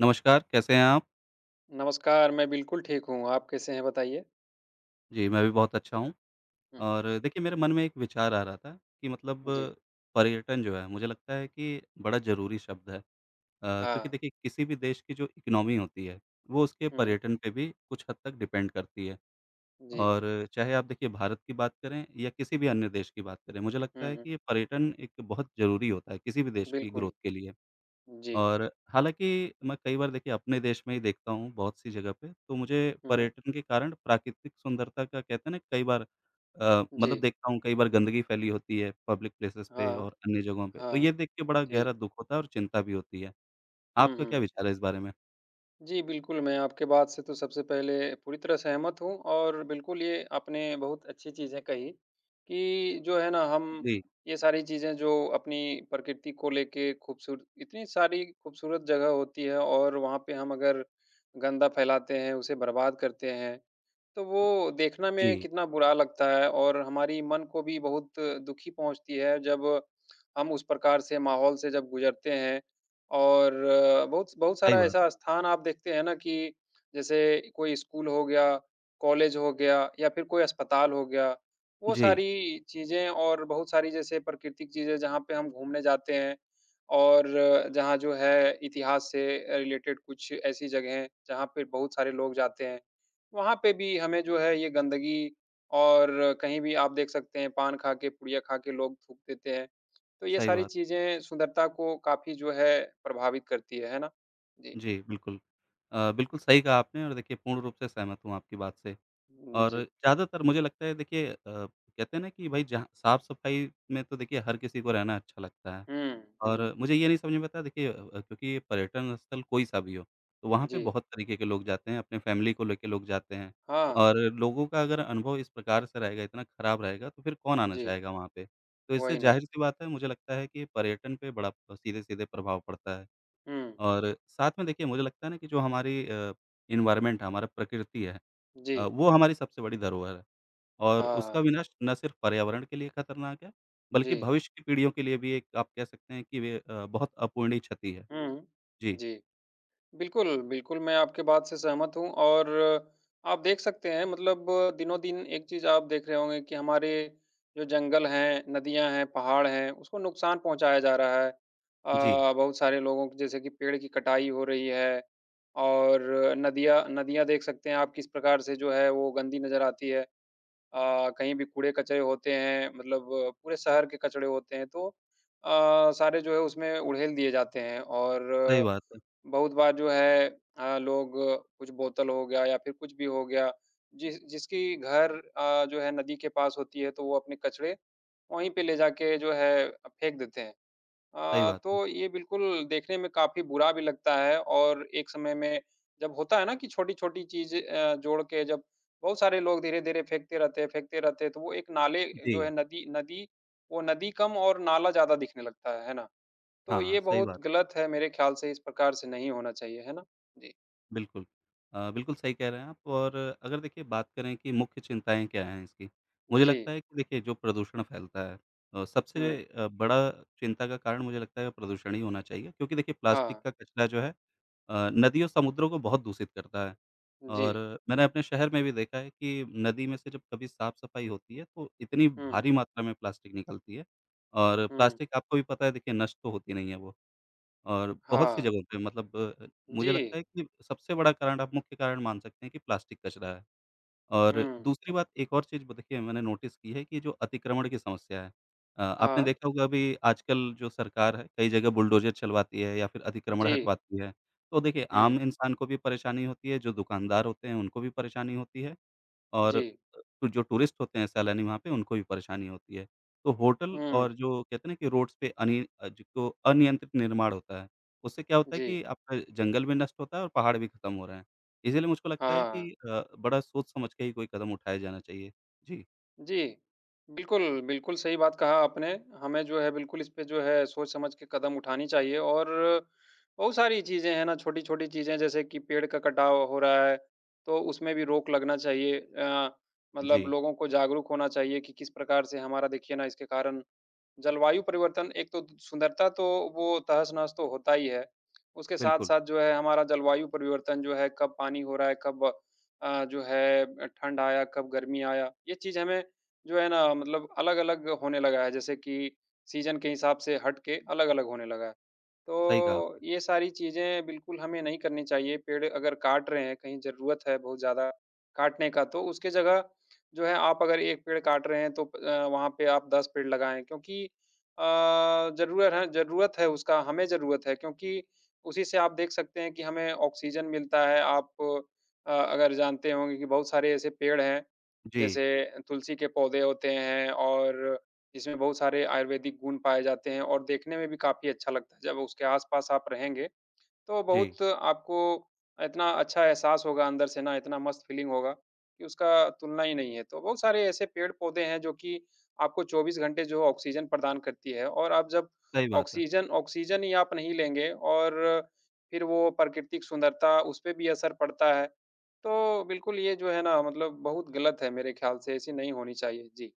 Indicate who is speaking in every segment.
Speaker 1: नमस्कार, कैसे हैं आप?
Speaker 2: नमस्कार, मैं बिल्कुल ठीक हूँ। आप कैसे हैं बताइए?
Speaker 1: जी, मैं भी बहुत अच्छा हूँ
Speaker 2: हुँ,
Speaker 1: और देखिए मेरे मन में एक विचार आ रहा था कि मतलब
Speaker 2: जी।
Speaker 1: पर्यटन जो है मुझे लगता है कि बड़ा ज़रूरी शब्द है। क्योंकि
Speaker 2: हाँ।
Speaker 1: देखिए किसी भी देश की जो इकोनॉमी होती है, वो उसके
Speaker 2: हुँ,
Speaker 1: पर्यटन पे भी कुछ हद तक डिपेंड करती है
Speaker 2: जी।
Speaker 1: और चाहे आप देखिए भारत की बात करें या किसी भी अन्य देश की बात करें, मुझे लगता
Speaker 2: हुँ,
Speaker 1: है कि
Speaker 2: हुँ,
Speaker 1: ये पर्यटन एक बहुत ज़रूरी होता है किसी भी देश की
Speaker 2: बिल्कुल।
Speaker 1: ग्रोथ के लिए।
Speaker 2: जी।
Speaker 1: और हालाँकि मैं कई बार देखिए अपने देश में ही देखता हूँ बहुत सी जगह पे, तो मुझे
Speaker 2: हुँ,
Speaker 1: पर्यटन के कारण प्राकृतिक सुंदरता का कहते हैं ना कई बार
Speaker 2: जी।
Speaker 1: मतलब देखता हूँ कई बार गंदगी फैली होती है पब्लिक प्लेसेस पे
Speaker 2: हाँ,
Speaker 1: और अन्य जगहों पे, तो
Speaker 2: हाँ,
Speaker 1: ये देख के बड़ा
Speaker 2: जी।
Speaker 1: गहरा दुःख होता है और चिंता भी होती है।
Speaker 2: हुँ,
Speaker 1: आपका क्या
Speaker 2: हुँ।
Speaker 1: विचार है इस बारे में?
Speaker 2: जी, बिल्कुल, मैं आपके बात से तो सबसे पहले पूरी तरह सहमत हूँ और बिल्कुल ये आपने बहुत अच्छी चीज़ें कही कि जो है ना हम
Speaker 1: जी,
Speaker 2: ये सारी चीज़ें जो अपनी प्रकृति को लेके खूबसूरत इतनी सारी खूबसूरत जगह होती है और वहाँ पे हम अगर गंदा फैलाते हैं, उसे बर्बाद करते हैं, तो वो देखना में
Speaker 1: जी,
Speaker 2: कितना बुरा लगता है और हमारी मन को भी बहुत दुखी पहुँचती है जब हम उस प्रकार से माहौल से जब गुज़रते हैं और बहुत बहुत
Speaker 1: सही
Speaker 2: सारा
Speaker 1: बात
Speaker 2: ऐसा
Speaker 1: है।
Speaker 2: स्थान आप देखते हैं ना कि जैसे कोई स्कूल हो गया, कॉलेज हो गया या फिर कोई अस्पताल हो गया। वो
Speaker 1: जी,
Speaker 2: सारी चीज़ें और बहुत सारी जैसे प्राकृतिक चीज़ें जहाँ पे हम घूमने जाते हैं और जहाँ जो है इतिहास से रिलेटेड कुछ ऐसी जगहें जहाँ पे बहुत सारे लोग जाते हैं। वहाँ पे भी हमें जो है ये गंदगी और कहीं भी आप देख सकते हैं पान खा के, पुड़िया खा के लोग थूक देते हैं। तो ये
Speaker 1: सही
Speaker 2: सारी
Speaker 1: बात।
Speaker 2: चीज़ें सुंदरता को काफ़ी जो है प्रभावित करती है ना? जी।
Speaker 1: है। जी, बिल्कुल। बिल्कुल सही कहा आपने और देखिए पूर्ण रूप से सहमत हूँ आपकी बात से।
Speaker 2: जी।
Speaker 1: और ज़्यादातर मुझे लगता है देखिए कहते हैं ना कि भाई जहाँ साफ-सफाई में तो देखिए हर किसी को रहना अच्छा लगता है
Speaker 2: हुँ, हुँ।
Speaker 1: और मुझे ये नहीं समझ में आता देखिए क्योंकि ये पर्यटन स्थल कोई-सा भी हो, तो वहाँ पे
Speaker 2: जी।
Speaker 1: बहुत तरीके के लोग जाते हैं, अपने फैमिली को लेके लोग जाते हैं
Speaker 2: हाँ,
Speaker 1: और लोगों का अगर अनुभव इस प्रकार से रहेगा, इतना खराब रहेगा तो फिर कौन आना
Speaker 2: जी।
Speaker 1: चाहेगा वहाँ पे? तो इससे
Speaker 2: वही ना।
Speaker 1: ज़ाहिर-सी बात है मुझे लगता है कि पर्यटन पे बड़ा सीधे-सीधे प्रभाव पड़ता है
Speaker 2: हुँ,
Speaker 1: और साथ में देखिए मुझे लगता है ना कि जो हमारी एनवायरनमेंट है, हमारा प्रकृति है
Speaker 2: जी।
Speaker 1: वो हमारी सबसे बड़ी धरोहर है। और उसका
Speaker 2: हाँ,
Speaker 1: विनाश ना सिर्फ पर्यावरण के लिए खतरनाक है,
Speaker 2: जी।
Speaker 1: बल्कि भविष्य की पीढ़ियों के लिए भी एक आप कह सकते हैं कि वे बहुत अपूरणीय क्षति है।
Speaker 2: हुँ,
Speaker 1: जी,
Speaker 2: जी। बिल्कुल, बिल्कुल, मैं आपकी बात से सहमत हूँ और आप देख सकते हैं मतलब दिनों-दिन एक चीज़ आप देख रहे होंगे कि हमारे जो जंगल हैं, नदियाँ हैं, पहाड़ हैं, उसको नुकसान पहुँचाया जा रहा है।
Speaker 1: जी,
Speaker 2: बहुत सारे लोगों को जैसे कि पेड़ की कटाई हो रही है और नदियाँ नदियाँ देख सकते हैं आप किस प्रकार से जो है वो गंदी नज़र आती है। कहीं भी कूड़े-कचरे होते हैं, मतलब पूरे शहर के कचड़े होते हैं, तो सारे जो है उसमें उड़ेल दिए जाते हैं और
Speaker 1: सही बात है,
Speaker 2: बहुत बार जो है लोग कुछ बोतल हो गया या फिर कुछ भी हो गया, जिसकी घर जो है नदी के पास होती है, तो वो अपने कचड़े वहीं पे ले जाके जो है फेंक देते हैं।
Speaker 1: सही बात है।
Speaker 2: तो ये बिल्कुल देखने में काफ़ी बुरा भी लगता है और एक समय में जब होता है ना कि छोटी-छोटी चीज़ें जोड़ के जब बहुत सारे लोग धीरे-धीरे फेंकते रहते हैं, तो वो एक नाले जो है
Speaker 1: जी,
Speaker 2: नदी नदी वो नदी कम और नाला ज़्यादा दिखने लगता है ना? तो
Speaker 1: हाँ,
Speaker 2: ये
Speaker 1: सही
Speaker 2: बहुत
Speaker 1: बात,
Speaker 2: गलत है मेरे ख्याल से इस प्रकार से नहीं होना चाहिए, है ना? जी।
Speaker 1: बिल्कुल। बिल्कुल सही कह रहे हैं आप और अगर देखिए बात करें कि मुख्य चिंताएँ क्या हैं इसकी, मुझे
Speaker 2: जी।
Speaker 1: लगता है कि देखिए जो प्रदूषण फैलता है
Speaker 2: हुँ।
Speaker 1: सबसे बड़ा चिंता का कारण मुझे लगता है प्रदूषण ही होना चाहिए क्योंकि देखिए प्लास्टिक
Speaker 2: हाँ।
Speaker 1: का कचरा जो है नदियों, समुद्रों को बहुत दूषित करता है।
Speaker 2: जी।
Speaker 1: और मैंने अपने शहर में भी देखा है कि नदी में से जब कभी साफ-सफाई होती है, तो इतनी
Speaker 2: हुँ,
Speaker 1: भारी मात्रा में प्लास्टिक निकलती है और
Speaker 2: हुँ।
Speaker 1: प्लास्टिक आपको भी पता है देखिए नष्ट तो होती नहीं है वो और बहुत सी
Speaker 2: हाँ।
Speaker 1: जगहों पे मतलब
Speaker 2: जी।
Speaker 1: मुझे लगता है कि सबसे बड़ा कारण आप मुख्य कारण मान सकते हैं कि प्लास्टिक कचरा है। और
Speaker 2: हुँ।
Speaker 1: दूसरी बात एक और चीज़ ब देखिए मैंने नोटिस की है कि जो अतिक्रमण की समस्या है। आपने
Speaker 2: हाँ।
Speaker 1: देखा होगा अभी आजकल जो सरकार है कई जगह बुलडोज़र चलवाती है या फिर अतिक्रमण
Speaker 2: जी।
Speaker 1: हटवाती है। तो देखिए
Speaker 2: हुँ।
Speaker 1: आम इंसान को भी परेशानी होती है, जो दुकानदार होते हैं उनको भी परेशानी होती है। और
Speaker 2: जी।
Speaker 1: जो टूरिस्ट होते हैं सैलानी वहाँ पे उनको भी परेशानी होती है। तो होटल
Speaker 2: हुँ।
Speaker 1: और जो कहते हैं ना कि रोड्स पे जिसको अनियंत्रित निर्माण होता है, उससे क्या होता है
Speaker 2: जी।
Speaker 1: कि आपका जंगल भी नष्ट होता है और पहाड़ भी खत्म हो रहे हैं। इसीलिए मुझको लगता है
Speaker 2: हाँ।
Speaker 1: कि बड़ा सोच समझ के ही कोई कदम उठाया जाना चाहिए। जी,
Speaker 2: जी, बिल्कुल, बिल्कुल सही बात कहा आपने। हमें जो है बिल्कुल इस पे जो है सोच-समझ के कदम उठानी चाहिए और बहुत सारी चीज़ें हैं ना, छोटी-छोटी चीज़ें जैसे कि पेड़ का कटाव हो रहा है, तो उसमें भी रोक लगना चाहिए। मतलब
Speaker 1: जी,
Speaker 2: लोगों को जागरूक होना चाहिए कि किस प्रकार से हमारा देखिए ना इसके कारण जलवायु परिवर्तन एक तो सुंदरता तो वो तहस-नहस तो होता ही है। उसके
Speaker 1: बिल्कुल,
Speaker 2: साथ-साथ जो है हमारा जलवायु परिवर्तन जो है कब पानी हो रहा है, कब जो है ठंड आया, कब गर्मी आया, ये चीज़ हमें जो है ना मतलब अलग-अलग होने लगा है जैसे कि सीज़न के हिसाब से हट के अलग-अलग होने लगा है।
Speaker 1: सही कहा। आप।
Speaker 2: तो ये सारी चीज़ें बिल्कुल हमें नहीं करनी चाहिए। पेड़ अगर काट रहे हैं, कहीं ज़रूरत है बहुत ज़्यादा काटने का तो उसके जगह जो है आप अगर 1 पेड़ काट रहे हैं तो वहाँ पे आप 10 पेड़ लगाएँ क्योंकि ज़रूरत है उसका, हमें ज़रूरत है क्योंकि उसी से आप देख सकते हैं कि हमें ऑक्सीजन मिलता है। आप अगर जानते होंगे कि बहुत सारे ऐसे पेड़ हैं,
Speaker 1: जी,
Speaker 2: जैसे तुलसी के पौधे होते हैं और इसमें बहुत सारे आयुर्वेदिक गुण पाए जाते हैं और देखने में भी काफ़ी अच्छा लगता है। जब उसके आस-पास आप रहेंगे तो
Speaker 1: जी,
Speaker 2: बहुत आपको इतना अच्छा एहसास होगा अंदर से ना, इतना मस्त फीलिंग होगा कि उसका तुलना ही नहीं है। तो बहुत सारे ऐसे पेड़-पौधे हैं जो कि आपको 24 घंटे जो ऑक्सीजन प्रदान करती है और आप जब
Speaker 1: सही बात है।
Speaker 2: ऑक्सीजन ऑक्सीजन ही आप नहीं लेंगे और फिर वो प्राकृतिक सुंदरता उस पे भी असर पड़ता है। तो बिल्कुल ये जो है ना मतलब बहुत गलत है मेरे ख्याल से, ऐसी नहीं होनी चाहिए। जी।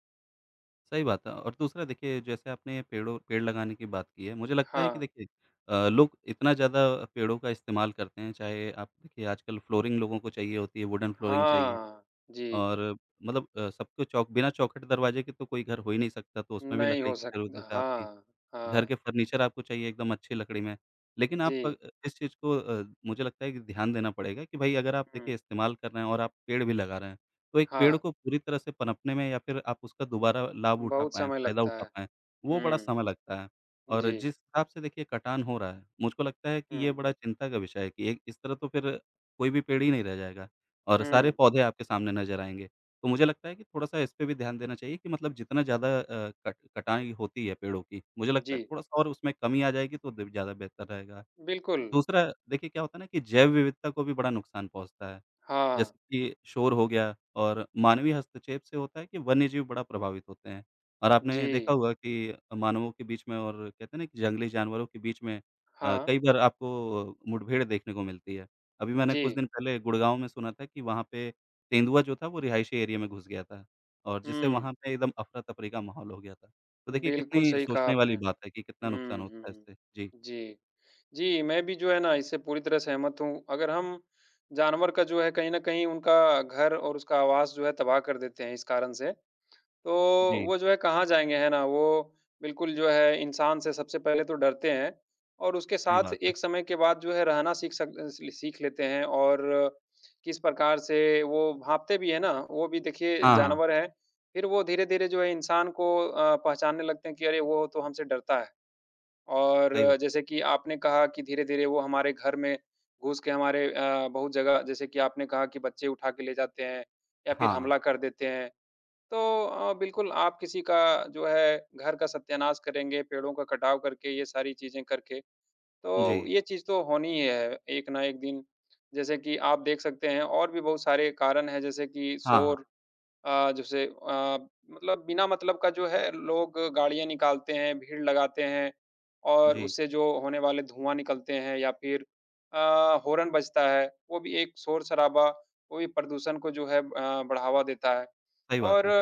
Speaker 1: सही बात है और दूसरा देखिए जैसे आपने पेड़ लगाने की बात की है, मुझे लगता है कि
Speaker 2: हाँ।
Speaker 1: देखिए लोग इतना ज़्यादा पेड़ों का इस्तेमाल करते हैं, चाहे आप देखिए आजकल फ्लोरिंग लोगों को चाहिए होती है, वुडन फ्लोरिंग चाहिए
Speaker 2: हाँ। जी।
Speaker 1: और मतलब सबको चौक बिना चौखट दरवाजे के तो कोई घर हो ही नहीं सकता, तो उसमें भी
Speaker 2: नहीं
Speaker 1: लकड़ी
Speaker 2: हो
Speaker 1: की
Speaker 2: सक
Speaker 1: ज़रूरत है आपकी।
Speaker 2: हाँ,
Speaker 1: घर
Speaker 2: हाँ।
Speaker 1: के फर्नीचर आपको चाहिए एकदम अच्छी लकड़ी में। लेकिन आप
Speaker 2: जी।
Speaker 1: इस चीज़ को मुझे लगता है कि ध्यान देना पड़ेगा कि भई अगर आप
Speaker 2: हुँ।
Speaker 1: देखिए इस्तेमाल कर रहे हैं और आप पेड़ भी लगा रहे हैं, तो एक पेड़
Speaker 2: हाँ।
Speaker 1: को पूरी तरह से पनपने में या फिर आप उसका दोबारा लाभ उठा
Speaker 2: बहुत
Speaker 1: पाएँ,
Speaker 2: समय
Speaker 1: फ़ायदा
Speaker 2: लगता है।
Speaker 1: उठा पाएँ, वो बड़ा
Speaker 2: हुँ,
Speaker 1: समय लगता है। और
Speaker 2: जी।
Speaker 1: जिस हिसाब से देखिए कटान हो रहा है, मुझको लगता है कि ये
Speaker 2: हुँ,
Speaker 1: बड़ा चिंता का विषय है कि एक इस तरह तो फिर कोई भी पेड़ ही नहीं रह जाएगा और सारे
Speaker 2: हुँ,
Speaker 1: पौधे आपके सामने नज़र आएँगे। तो मुझे लगता है कि थोड़ा-सा इस पे भी ध्यान देना चाहिए कि मतलब जितना ज़्यादा कट कटाई होती है पेड़ों की, मुझे लगता है
Speaker 2: जी,
Speaker 1: थोड़ा-सा और उसमें कमी आ जाएगी तो द ज़्यादा बेहतर रहेगा।
Speaker 2: बिल्कुल।
Speaker 1: दूसरा देखिए क्या होता है ना कि जैव विविधता को भी बड़ा नुकसान पहुँचता है।
Speaker 2: हाँ,
Speaker 1: जैसे कि शोर हो गया और मानवीय हस्तक्षेप से होता है कि वन्यजीव बड़ा प्रभावित होते हैं। और आपने देखा
Speaker 2: जी,
Speaker 1: होगा कि मानवों के बीच में और कहते हैं ना कि जंगली जानवरों के बीच में
Speaker 2: हाँ,
Speaker 1: कई बार आपको मुठभेड़ देखने को मिलती है। अभी मैंने
Speaker 2: जी।
Speaker 1: कुछ दिन पहले गुड़गाँव में सुना था कि वहाँ पे तेंदुआ जो था वो रिहायशी एरिया में घुस गया था और जिससे
Speaker 2: हुँ,
Speaker 1: वहाँ पे एकदम अफरा-तफरी का माहौल हो गया था। तो देखिए
Speaker 2: बिल्कुल
Speaker 1: कितनी
Speaker 2: सही कहा
Speaker 1: सोचने
Speaker 2: आपने।
Speaker 1: वाली बात है कि कितना
Speaker 2: हुँ,
Speaker 1: नुकसान होता है
Speaker 2: हुँ,
Speaker 1: इससे। जी,
Speaker 2: जी। जी, मैं भी जो है ना इससे पूरी तरह सहमत हूँ। अगर हम जानवर का जो है कहीं न कहीं उनका घर और उसका आवास जो है तबाह कर देते हैं इस कारण से तो
Speaker 1: जी,
Speaker 2: वो जो है कहाँ जाएँगे, है ना? वो बिल्कुल जो है इंसान से सबसे पहले तो डरते हैं और उसके
Speaker 1: सही
Speaker 2: साथ
Speaker 1: बात है।
Speaker 2: एक समय के बाद जो है रहना सीख सक अ, सी सीख लेते हैं और किस प्रकार से वो भाँपते भी हैं ना, वो भी देखिए
Speaker 1: हाँ, हाँ,
Speaker 2: जानवर हैं। फिर वो धीरे-धीरे जो है इंसान को पहचानने लगते हैं कि अरे! वो तो हमसे डरता है
Speaker 1: सही
Speaker 2: और
Speaker 1: बात
Speaker 2: जैसे कि आपने कहा कि धीरे-धीरे वो हमारे घर में घुस के हमारे बहुत जगह जैसे कि आपने कहा कि बच्चे उठा के ले जाते हैं या फिर
Speaker 1: हाँ,
Speaker 2: हमला कर देते हैं। तो बिल्कुल आप किसी का जो है घर का सत्यानाश करेंगे, पेड़ों का कटाव करके, ये सारी चीज़ें करके,
Speaker 1: जी।
Speaker 2: तो ये चीज़ तो होनी ही है एक ना एक दिन। जैसे कि आप देख सकते हैं और भी बहुत सारे कारण हैं जैसे कि
Speaker 1: हाँ, हाँ,
Speaker 2: शोर जैसे मतलब बिना मतलब का जो है लोग गाड़ियाँ निकालते हैं, भीड़ लगाते हैं और
Speaker 1: जी,
Speaker 2: उससे जो होने वाले धुआँ निकलते हैं या फिर अ, हॉर्न बजता है, वो भी एक शोर-शराबा, वो भी प्रदूषण को जो है बढ़ावा देता है
Speaker 1: सही बात
Speaker 2: और
Speaker 1: है।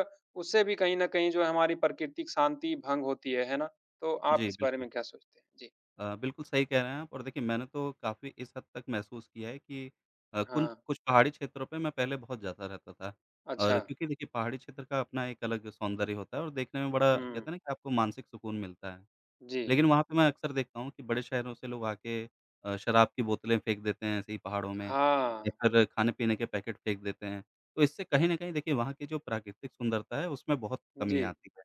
Speaker 2: उससे भी कहीं न कहीं जो है हमारी प्राकृतिक शांति भंग होती है ना? तो आप
Speaker 1: जी,
Speaker 2: इस बारे
Speaker 1: बिल्कुल।
Speaker 2: में क्या सोचते हैं? जी।
Speaker 1: बिल्कुल सही कह रहे हैं आप और देखिए मैंने तो काफ़ी इस हद तक महसूस किया है कि कुन
Speaker 2: हाँ,
Speaker 1: कुछ पहाड़ी क्षेत्रों पे मैं पहले बहुत जाता रहता था
Speaker 2: अच्छा।
Speaker 1: और क्योंकि देखिए पहाड़ी क्षेत्र का अपना एक अलग सौंदर्य होता है और देखने में बड़ा कहते
Speaker 2: हुँ,
Speaker 1: हैं ना कि आपको मानसिक सुकून मिलता है।
Speaker 2: जी।
Speaker 1: लेकिन वहाँ पे मैं अक्सर देखता हूँ कि बड़े शहरों से लोग आके शराब की बोतलें फेंक देते हैं ऐसे ही पहाड़ों में
Speaker 2: हाँ,
Speaker 1: या फिर खाने-पीने के पैकेट फेंक देते हैं। तो इससे कहीं न कहीं देखिए वहाँ की जो प्राकृतिक सुंदरता है उसमें बहुत
Speaker 2: जी,
Speaker 1: कमी आती है।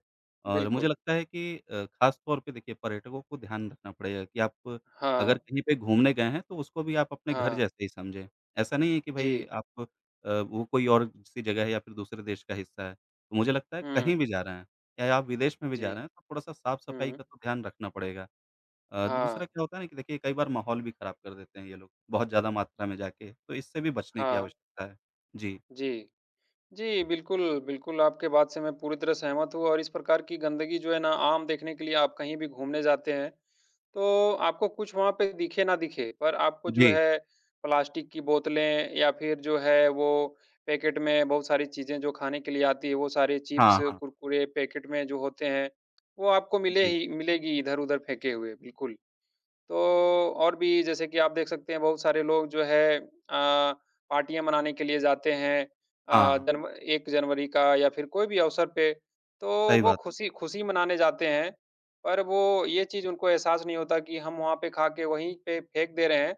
Speaker 1: और मुझे
Speaker 2: बिल्कुल।
Speaker 1: लगता है कि ख़ास तौर पे देखिए पर्यटकों को ध्यान रखना पड़ेगा कि आप
Speaker 2: हाँ,
Speaker 1: अगर कहीं पे घूमने गए हैं तो उसको भी आप अपने घर
Speaker 2: हाँ,
Speaker 1: जैसे ही समझें। ऐसा नहीं है कि भई
Speaker 2: जी,
Speaker 1: आप वो कोई और सी जगह है या फिर दूसरे देश का हिस्सा है। तो मुझे लगता है कहीं
Speaker 2: हुँ।
Speaker 1: भी जा रहे हैं या आप विदेश में भी
Speaker 2: जी।
Speaker 1: जा रहे हैं तो थोड़ा-सा साफ-सफाई
Speaker 2: हुँ।
Speaker 1: का तो ध्यान रखना पड़ेगा। दूसरा
Speaker 2: हाँ,
Speaker 1: क्या होता है ना कि देखिए कई बार माहौल भी खराब कर देते हैं ये लोग, बहुत ज़्यादा मात्रा में जाके, तो इससे भी बचने की
Speaker 2: हाँ। हुँ।
Speaker 1: आवश्यकता है। जी।
Speaker 2: जी। जी, बिल्कुल, बिल्कुल आपके बात से मैं पूरी तरह सहमत हूँ और इस प्रकार की गंदगी जो है ना आम देखने के लिए आप कहीं भी घूमने जाते हैं, तो आपको कुछ वहाँ पे दिखे ना दिखे, पर आपको जो
Speaker 1: जी।
Speaker 2: है प्लास्टिक की बोतलें या फिर जो है वो पैकेट में बहुत सारी चीज़ें जो खाने के लिए आती है, वो सारे चिप्स,
Speaker 1: हाँ, हाँ।
Speaker 2: कुरकुरे पैकेट में जो होते हैं, वो आपको मिले
Speaker 1: जी।
Speaker 2: ही मिलेगी इधर-उधर फेंके हुए, बिल्कुल। तो और भी जैसे कि आप देख सकते हैं बहुत सारे लोग जो है पार्टियाँ मनाने के लिए जाते हैं अ,
Speaker 1: हाँ,
Speaker 2: जनव 1 जनवरी का या फिर कोई भी अवसर पे, तो
Speaker 1: सही
Speaker 2: वो
Speaker 1: बात।
Speaker 2: खुशी खुशी मनाने जाते हैं, पर वो ये चीज़ उनको एहसास नहीं होता कि हम वहाँ पे खा के वहीं पे फेंक दे रहे हैं।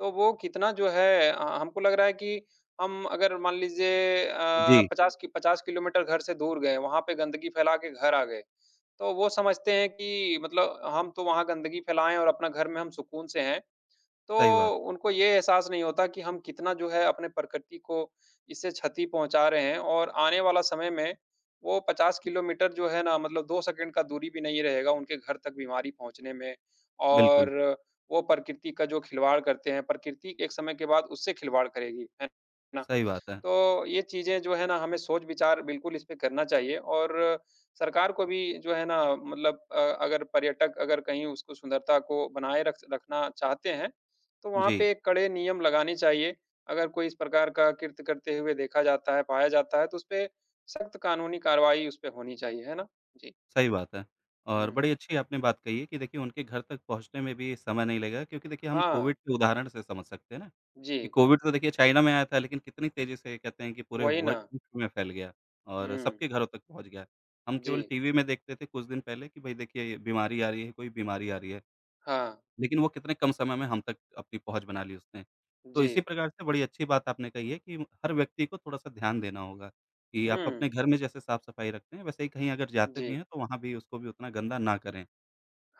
Speaker 2: तो वो कितना जो है हमको लग रहा है कि हम अगर मान लीजिए
Speaker 1: जी।
Speaker 2: 50 किलोमीटर घर से दूर गए, वहाँ पे गंदगी फैला के घर आ गए, तो वो समझते हैं कि मतलब हम तो वहाँ गंदगी फैलाएँ और अपना घर में हम सुकून से हैं।
Speaker 1: सही बात।
Speaker 2: तो उनको ये एहसास नहीं होता कि हम कितना जो है अपने प्रकृति को इससे क्षति पहुँचा रहे हैं और आने वाला समय में वो 50 किलोमीटर जो है ना मतलब 2 सेकंड का दूरी भी नहीं रहेगा उनके घर तक बीमारी पहुँचने में और
Speaker 1: बिल्कुल,
Speaker 2: वो प्रकृति का जो खिलवाड़ करते हैं, प्रकृति एक समय के बाद उससे खिलवाड़ करेगी, है ना?
Speaker 1: सही बात है।
Speaker 2: तो ये चीज़ें जो है ना हमें सोच-विचार बिल्कुल इस पे करना चाहिए और सरकार को भी जो है ना मतलब अगर पर्यटक अगर कहीं उसको सुंदरता को बनाए रख रखना चाहते हैं, तो वहाँ
Speaker 1: जी।
Speaker 2: पे कड़े नियम लगाने चाहिए। अगर कोई इस प्रकार का कृत्य करते हुए देखा जाता है, पाया जाता है तो उसपे सख्त कानूनी कार्रवाई उस पे होनी चाहिए, है ना? जी।
Speaker 1: सही बात है।
Speaker 2: हुँ।
Speaker 1: और बड़ी अच्छी आपने बात कही है कि देखिए उनके घर तक पहुँचने में भी समय नहीं लगा क्योंकि देखिए हम
Speaker 2: हाँ।
Speaker 1: कोविड के उदाहरण से समझ सकते हैं ना,
Speaker 2: जी,
Speaker 1: कि कोविड तो देखिए चाइना में आया था लेकिन कितनी तेज़ी से कहते हैं कि पूरे
Speaker 2: वही ना।
Speaker 1: वर्ल्ड विश्व में फैल गया और
Speaker 2: हुँ।
Speaker 1: सबके घरों तक पहुँच गया। हम
Speaker 2: जी।
Speaker 1: केवल टीवी में देखते थे कुछ दिन पहले कि भई देखिए ये बीमारी आ रही है, कोई बीमारी आ रही है।
Speaker 2: हाँ।
Speaker 1: लेकिन वो कितने कम समय में हम तक अपनी पहुँच बना ली उसने। तो
Speaker 2: जी।
Speaker 1: इसी प्रकार से बड़ी अच्छी बात आपने कही है कि हर व्यक्ति को थोड़ा-सा ध्यान देना होगा कि आप अपने
Speaker 2: हुँ।
Speaker 1: घर में जैसे साफ-सफाई रखते हैं, वैसे ही कहीं अगर जाते
Speaker 2: जी।
Speaker 1: भी हैं तो वहाँ भी उसको भी उतना गंदा ना करें।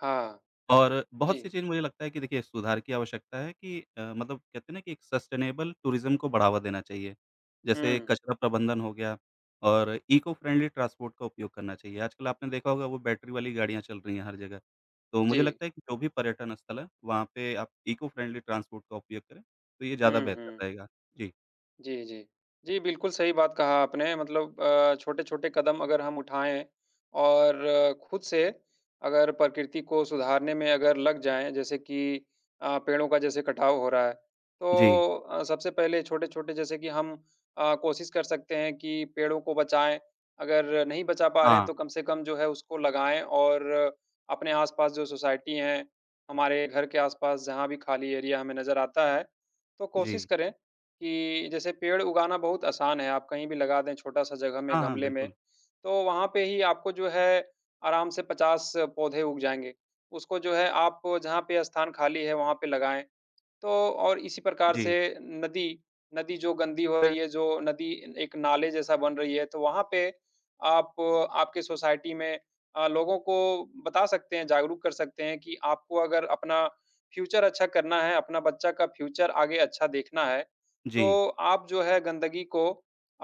Speaker 2: हाँ।
Speaker 1: और बहुत
Speaker 2: जी।
Speaker 1: सी चीज़ मुझे लगता है कि देखिए सुधार की आवश्यकता है कि मतलब कहते हैं ना कि एक सस्टेनेबल टूरिज़्म को बढ़ावा देना चाहिए। जैसे
Speaker 2: हुँ।
Speaker 1: कचरा प्रबंधन हो गया और इको फ्रेंडली ट्रांसपोर्ट का उपयोग करना चाहिए। आजकल आपने देखा होगा वो बैटरी वाली गाड़ियाँ चल रही हैं हर जगह। तो
Speaker 2: जी।
Speaker 1: मुझे लगता है कि जो भी पर्यटन स्थल है वहाँ पे आप इको फ्रेंडली ट्रांसपोर्ट का उपयोग करें, तो ये ज़्यादा
Speaker 2: हुँ,
Speaker 1: बेहतर
Speaker 2: हुँ।
Speaker 1: रहेगा। जी,
Speaker 2: जी, जी। जी, बिल्कुल सही बात कहा आपने मतलब छोटे-छोटे कदम अगर हम उठाएँ और खुद से अगर प्रकृति को सुधारने में अगर लग जाएँ, जैसे कि पेड़ों का जैसे कटाव हो रहा है,
Speaker 1: जी।
Speaker 2: तो सबसे पहले छोटे-छोटे जैसे कि हम कोशिश कर सकते हैं कि पेड़ों को बचाएँ। अगर नहीं बचा पा रहे हैं,
Speaker 1: हाँ,
Speaker 2: तो कम से कम जो है उसको लगाएँ और अपने आस-पास जो सोसाइटी हैं, हमारे घर के आस-पास जहाँ भी खाली एरिया हमें नज़र आता है, तो कोशिश
Speaker 1: जी।
Speaker 2: करें कि जैसे पेड़ उगाना बहुत आसान है, आप कहीं भी लगा दें छोटा-सा जगह में,
Speaker 1: हाँ, हाँ,
Speaker 2: गमले में,
Speaker 1: बिल्कुल।
Speaker 2: तो वहाँ पे ही आपको जो है आराम से 50 पौधे उग जाएँगे। उसको जो है आप जहाँ पे स्थान खाली है, वहाँ पे लगाएँ तो और इसी प्रकार से
Speaker 1: जी,
Speaker 2: नदी नदी जो गंदी हो रही है, जो नदी एक नाले जैसा बन रही है, तो वहाँ पे आप आपके सोसाइटी में लोगों को बता सकते हैं, जागरूक कर सकते हैं कि आपको अगर अपना फ्यूचर अच्छा करना है, अपना बच्चा का फ्यूचर आगे अच्छा देखना है,
Speaker 1: जी,
Speaker 2: तो आप जो है गंदगी को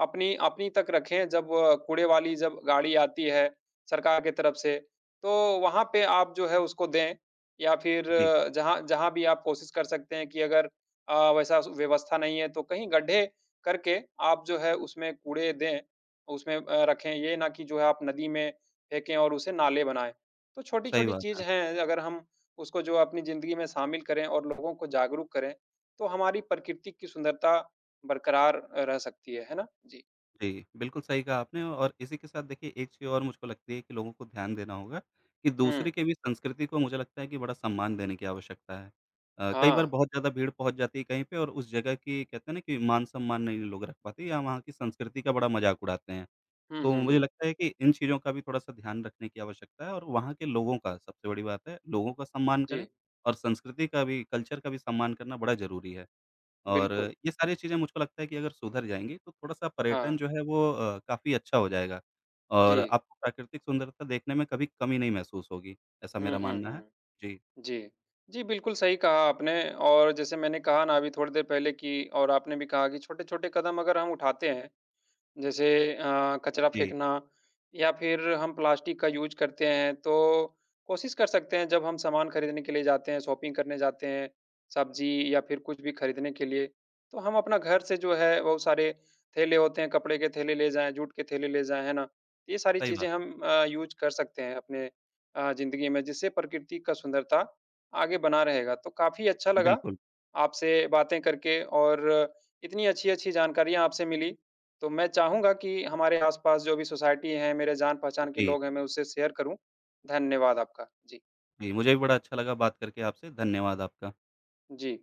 Speaker 2: अपनी अपनी तक रखें। जब कूड़े वाली जब गाड़ी आती है सरकार की तरफ से, तो वहाँ पे आप जो है उसको दें। या फिर
Speaker 1: जी।
Speaker 2: जहाँ जहाँ भी आप कोशिश कर सकते हैं कि अगर व्यवस्था नहीं है तो कहीं गड्ढे करके आप जो है उसमें कूड़े दें, उसमें रखें। ये ना कि जो है आप नदी में फेंकें और उसे नाले बनाएँ। तो
Speaker 1: सही
Speaker 2: छोटी-छोटी
Speaker 1: बात
Speaker 2: चीज़
Speaker 1: है।
Speaker 2: हैं अगर हम उसको जो अपनी ज़िंदगी में शामिल करें और लोगों को जागरूक करें, तो हमारी प्रकृति की सुंदरता बरकरार रह सकती है ना? जी।
Speaker 1: जी, बिल्कुल सही कहा आपने और इसी के साथ देखिए एक चीज़ और मुझको लगती है कि लोगों को ध्यान देना होगा कि दूसरे
Speaker 2: हुँ,
Speaker 1: के भी संस्कृति को मुझे लगता है कि बड़ा सम्मान देने की आवश्यकता है। कई बार
Speaker 2: हाँ।
Speaker 1: बहुत ज़्यादा भीड़ पहुँच जाती है कहीं पे और उस जगह की कहते हैं ना कि मान-सम्मान नहीं लोग रख पाते या वहाँ की संस्कृति का बड़ा मज़ाक उड़ाते हैं।
Speaker 2: हुँ,
Speaker 1: तो
Speaker 2: हुँ,
Speaker 1: मुझे
Speaker 2: हुँ।
Speaker 1: लगता है कि इन चीज़ों का भी थोड़ा-सा ध्यान रखने की आवश्यकता है और वहाँ के लोगों का सबसे बड़ी बात है, लोगों का सम्मान करें
Speaker 2: जी,
Speaker 1: और संस्कृति का भी, कल्चर का भी सम्मान करना बड़ा ज़रूरी है। और
Speaker 2: बिल्कुल।
Speaker 1: ये सारी चीज़ें मुझको लगता है कि अगर सुधर जाएँगी तो थोड़ा-सा
Speaker 2: हाँ,
Speaker 1: पर्यटन जो है वो काफ़ी अच्छा हो जाएगा
Speaker 2: जी।
Speaker 1: और आपको प्राकृतिक सुंदरता देखने में कभी कमी नहीं महसूस होगी, ऐसा
Speaker 2: हुँ,
Speaker 1: मेरा
Speaker 2: हुँ,
Speaker 1: मानना है।
Speaker 2: हुँ।
Speaker 1: जी,
Speaker 2: जी। जी, बिल्कुल सही कहा आपने और जैसे मैंने कहा ना अभी थोड़ी देर पहले कि और आपने भी कहा कि छोटे-छोटे कदम अगर हम उठाते हैं, जैसे कचरा
Speaker 1: जी,
Speaker 2: फेंकना या फिर हम प्लास्टिक का यूज़ करते हैं, तो कोशिश कर सकते हैं जब हम सामान खरीदने के लिए जाते हैं, शॉपिंग करने जाते हैं, सब्ज़ी या फिर कुछ भी खरीदने के लिए, तो हम अपना घर से जो है बहुत सारे थैले होते हैं, कपड़े के थैले ले जाएँ, जूट के थैले ले जाएँ, है ना? तो ये सारी
Speaker 1: सही बात
Speaker 2: चीज़ें हम यूज़ कर सकते हैं अपने ज़िंदगी में, जिससे प्रकृति का सुंदरता आगे बना रहेगा। तो काफ़ी अच्छा
Speaker 1: है।
Speaker 2: लगा
Speaker 1: बिल्कुल।
Speaker 2: आपसे बातें करके और इतनी अच्छी-अच्छी जानकारियाँ आपसे मिली। तो मैं चाहूँगा कि हमारे आस-पास जो भी सोसाइटी है, मेरे जान-पहचान के
Speaker 1: जी,
Speaker 2: लोग हैं, मैं उससे शेयर करूँ। धन्यवाद आपका। जी,
Speaker 1: जी, मुझे भी बड़ा अच्छा लगा बात करके आपसे, धन्यवाद आपका।
Speaker 2: जी।